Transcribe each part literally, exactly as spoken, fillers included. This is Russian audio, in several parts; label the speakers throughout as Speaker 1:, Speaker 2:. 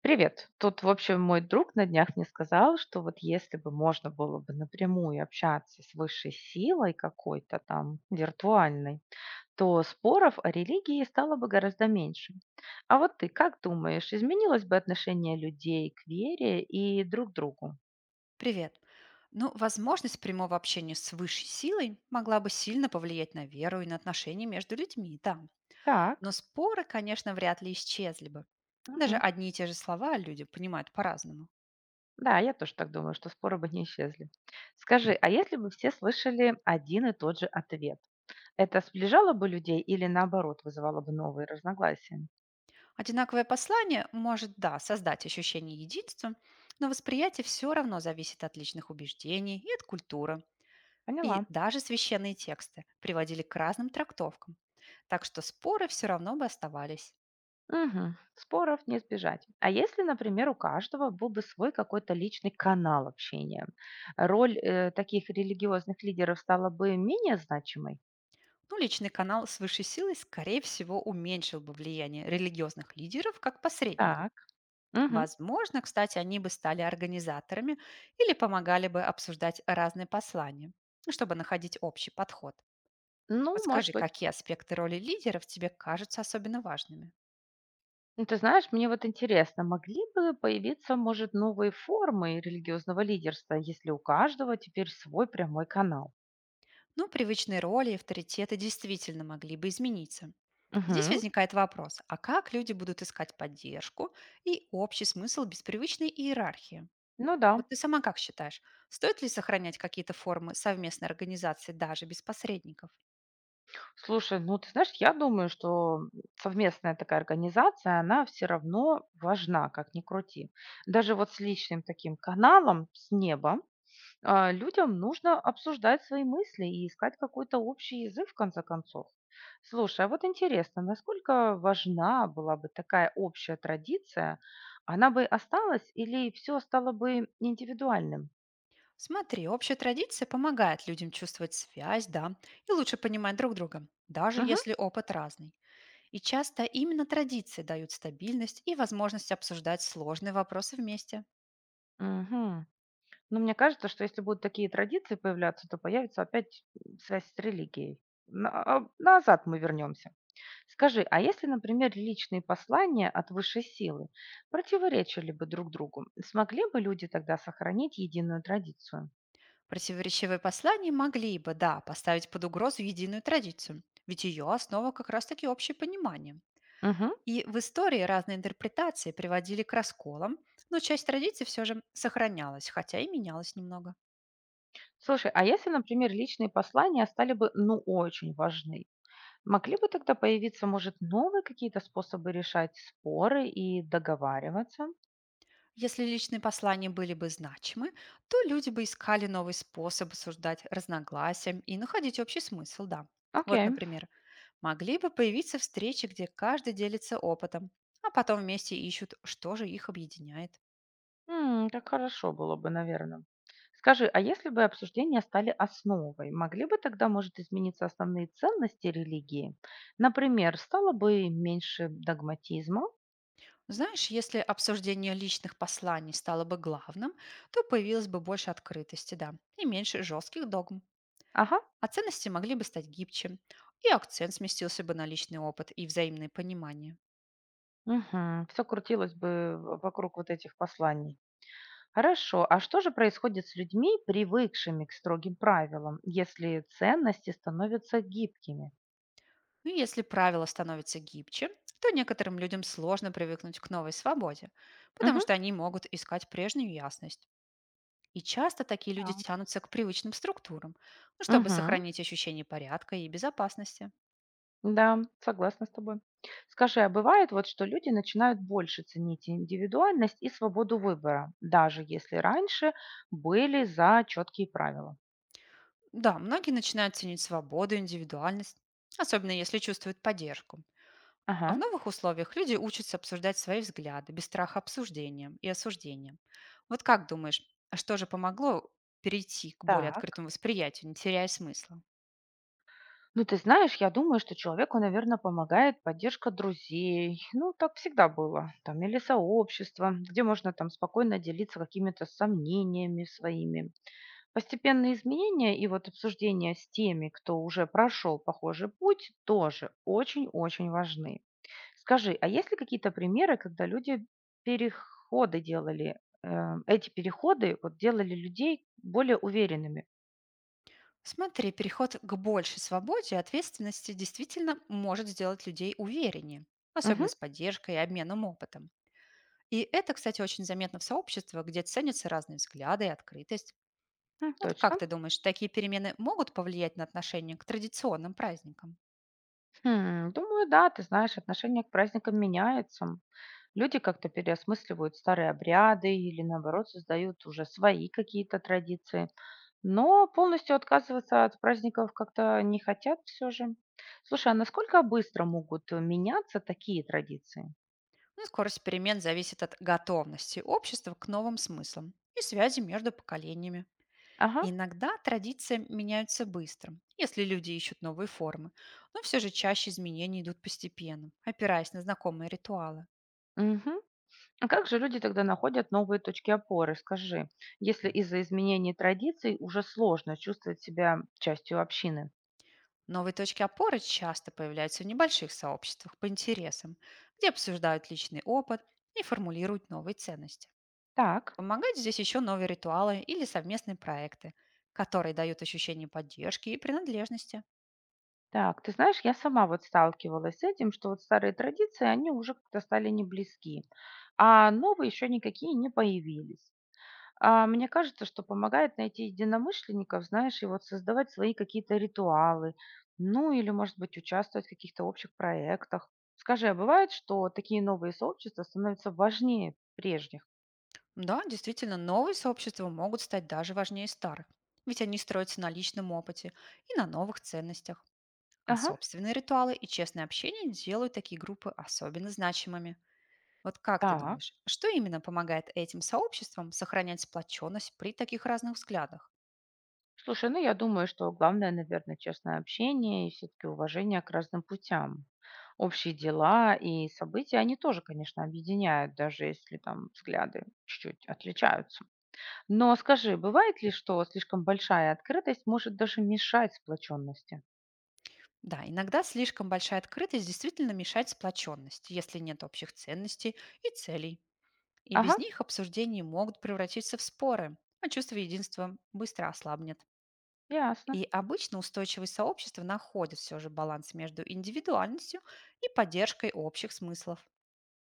Speaker 1: Привет. Тут, в общем, мой друг на днях мне сказал, что вот если бы можно было бы напрямую общаться с высшей силой какой-то там виртуальной, то споров о религии стало бы гораздо меньше. А вот ты как думаешь, изменилось бы отношение людей к вере и друг к другу?
Speaker 2: Привет. Ну, возможность прямого общения с высшей силой могла бы сильно повлиять на веру и на отношения между людьми, да. Но
Speaker 1: Так.
Speaker 2: споры, конечно, вряд ли исчезли бы. Даже
Speaker 1: Мгм.
Speaker 2: одни и те же слова люди понимают по-разному.
Speaker 1: Да, я тоже так думаю, что споры бы не исчезли. Скажи, а если бы все слышали один и тот же ответ, это сближало бы людей или наоборот вызывало бы новые разногласия?
Speaker 2: Одинаковое послание может, да, создать ощущение единства, но восприятие все равно зависит от личных убеждений и от культуры.
Speaker 1: Поняла.
Speaker 2: И даже священные тексты приводили к разным трактовкам. Так что споры все равно бы оставались.
Speaker 1: Мгм. Споров не избежать. А если, например, у каждого был бы свой какой-то личный канал общения, роль э, таких религиозных лидеров стала бы менее значимой?
Speaker 2: Ну, личный канал с высшей силой, скорее всего, уменьшил бы влияние религиозных лидеров как посредников.
Speaker 1: Так. Мгм.
Speaker 2: Возможно, кстати, они бы стали организаторами или помогали бы обсуждать разные послания, ну, чтобы находить общий подход.
Speaker 1: Ну, может
Speaker 2: Подскажи,
Speaker 1: быть.
Speaker 2: какие аспекты роли лидеров тебе кажутся особенно важными?
Speaker 1: Ну, ты знаешь, мне вот интересно, могли бы появиться, может, новые формы религиозного лидерства, если у каждого теперь свой прямой канал?
Speaker 2: Ну, привычные роли и авторитеты действительно могли бы измениться. Здесь
Speaker 1: Мгм.
Speaker 2: возникает вопрос, а как люди будут искать поддержку и общий смысл без привычной иерархии?
Speaker 1: Ну да.
Speaker 2: Вот ты сама как считаешь, стоит ли сохранять какие-то формы совместной организации даже без посредников?
Speaker 1: Слушай, ну ты знаешь, я думаю, что совместная такая организация, она все равно важна, как ни крути. Даже вот с личным таким каналом с неба а, людям нужно обсуждать свои мысли и искать какой-то общий язык в конце концов. Слушай, а вот интересно, насколько важна была бы такая общая традиция? Она бы осталась или все стало бы индивидуальным?
Speaker 2: Смотри, общая традиция помогает людям чувствовать связь, да, и лучше понимать друг друга, даже
Speaker 1: Угу,
Speaker 2: если опыт разный. И часто именно традиции дают стабильность и возможность обсуждать сложные вопросы вместе.
Speaker 1: угу. Но мне кажется, что если будут такие традиции появляться, то появится опять м, связь с религией. На- а, назад мы вернемся. Скажи, а если, например, личные послания от высшей силы противоречили бы друг другу, смогли бы люди тогда сохранить единую традицию?
Speaker 2: Противоречивые послания могли бы, да, поставить под угрозу единую традицию, ведь ее основа как раз-таки общее понимание.
Speaker 1: Мгм.
Speaker 2: И в истории разные интерпретации приводили к расколам, но часть традиций все же сохранялась, хотя и менялась немного.
Speaker 1: Слушай, а если, например, личные послания стали бы, ну, очень важны, могли бы тогда появиться, может, новые какие-то способы решать споры и договариваться?
Speaker 2: Если личные послания были бы значимы, то люди бы искали новый способ осуждать разногласия и находить общий смысл, да. Вот,
Speaker 1: Окей.
Speaker 2: например, могли бы появиться встречи, где каждый делится опытом, а потом вместе ищут, что же их объединяет.
Speaker 1: М, как хорошо было бы, наверное. Скажи, а если бы обсуждения стали основой, могли бы тогда, может, измениться основные ценности религии? Например, стало бы меньше догматизма?
Speaker 2: Знаешь, если обсуждение личных посланий стало бы главным, то появилось бы больше открытости, да, и меньше жестких догм.
Speaker 1: Ага,
Speaker 2: А ценности могли бы стать гибче, и акцент сместился бы на личный опыт и взаимное понимание.
Speaker 1: все крутилось бы в- вокруг вот этих посланий. Хорошо, а что же происходит с людьми, привыкшими к строгим правилам, если ценности становятся гибкими?
Speaker 2: И если правила становятся гибче, то некоторым людям сложно привыкнуть к новой свободе, потому
Speaker 1: Мгм.
Speaker 2: что они могут искать прежнюю ясность. И часто такие
Speaker 1: Да.
Speaker 2: люди тянутся к привычным структурам, ну, чтобы
Speaker 1: Мгм.
Speaker 2: сохранить ощущение порядка и безопасности.
Speaker 1: Да, согласна с тобой. Скажи, а бывает вот, что люди начинают больше ценить индивидуальность и свободу выбора, даже если раньше были за четкие правила?
Speaker 2: Да, многие начинают ценить свободу, индивидуальность, особенно если чувствуют поддержку. А в
Speaker 1: Ага,
Speaker 2: новых условиях люди учатся обсуждать свои взгляды без страха обсуждением и осуждением. Вот как думаешь, а что же помогло перейти к более
Speaker 1: так.
Speaker 2: открытому восприятию, не теряя смысла?
Speaker 1: Ну, ты знаешь, я думаю, что человеку, наверное, помогает поддержка друзей. Ну, так всегда было. Там, или сообщество, где можно там спокойно делиться какими-то сомнениями своими. Постепенные изменения и вот обсуждение с теми, кто уже прошел похожий путь, тоже очень-очень важны. Скажи, а есть ли какие-то примеры, когда люди переходы делали, э, эти переходы вот делали людей более уверенными?
Speaker 2: Смотри, переход к большей свободе и ответственности действительно может сделать людей увереннее, особенно
Speaker 1: Мгм,
Speaker 2: с поддержкой и обменом опытом. И это, кстати, очень заметно в сообществах, где ценятся разные взгляды и открытость.
Speaker 1: м,
Speaker 2: Вот как
Speaker 1: точно.
Speaker 2: ты думаешь, такие перемены могут повлиять на отношение к традиционным праздникам?
Speaker 1: Хм, думаю, да, ты знаешь, отношение к праздникам меняется. Люди как-то переосмысливают старые обряды или, наоборот, создают уже свои какие-то традиции. Но полностью отказываться от праздников как-то не хотят все же. Слушай, а насколько быстро могут э, меняться такие традиции?
Speaker 2: Ну, скорость перемен зависит от готовности общества к новым смыслам и связи между поколениями.
Speaker 1: Ага.
Speaker 2: Иногда традиции меняются быстро, если люди ищут новые формы, но все же чаще изменения идут постепенно, опираясь на знакомые ритуалы.
Speaker 1: Мгм. А как же люди тогда находят новые точки опоры, скажи, если из-за изменений традиций уже сложно чувствовать себя частью общины?
Speaker 2: Новые точки опоры часто появляются в небольших сообществах по интересам, где обсуждают личный опыт и формулируют новые ценности.
Speaker 1: Так,
Speaker 2: Помогают здесь еще новые ритуалы или совместные проекты, которые дают ощущение поддержки и принадлежности.
Speaker 1: так, ты знаешь, я сама вот сталкивалась с этим, что вот старые традиции, они уже как-то стали не близки, а новые еще никакие не появились. А, мне кажется, что помогает найти единомышленников, знаешь, и вот создавать свои какие-то ритуалы, ну или, может быть, участвовать в каких-то общих проектах. Скажи, а бывает, что такие новые сообщества становятся важнее прежних?
Speaker 2: Да, действительно, новые сообщества могут стать даже важнее старых, ведь они строятся на личном опыте и на новых ценностях. А
Speaker 1: Ага.
Speaker 2: собственные ритуалы и честное общение делают такие группы особенно значимыми. Вот как ты
Speaker 1: Так.
Speaker 2: думаешь, что именно помогает этим сообществам сохранять сплоченность при таких разных взглядах?
Speaker 1: Слушай, ну я думаю, что главное, наверное, честное общение и все-таки уважение к разным путям. Общие дела и события, они тоже, конечно, объединяют, даже если там взгляды чуть-чуть отличаются. Но скажи, бывает ли, что слишком большая открытость может даже мешать сплоченности?
Speaker 2: Да, иногда слишком большая открытость действительно мешает сплоченности, если нет общих ценностей и целей. И без
Speaker 1: Ага,
Speaker 2: них обсуждения могут превратиться в споры, а чувство единства быстро ослабнет.
Speaker 1: ясно.
Speaker 2: И обычно устойчивые сообщества находят все же баланс между индивидуальностью и поддержкой общих смыслов.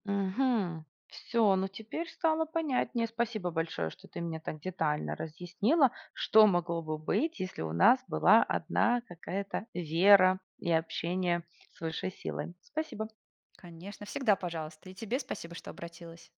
Speaker 1: Угу. Все, ну теперь стало понятнее. Спасибо большое, что ты мне так детально разъяснила, что могло бы быть, если у нас была одна какая-то вера и общение с высшей силой. Спасибо.
Speaker 2: Конечно, всегда пожалуйста. И тебе спасибо, что обратилась.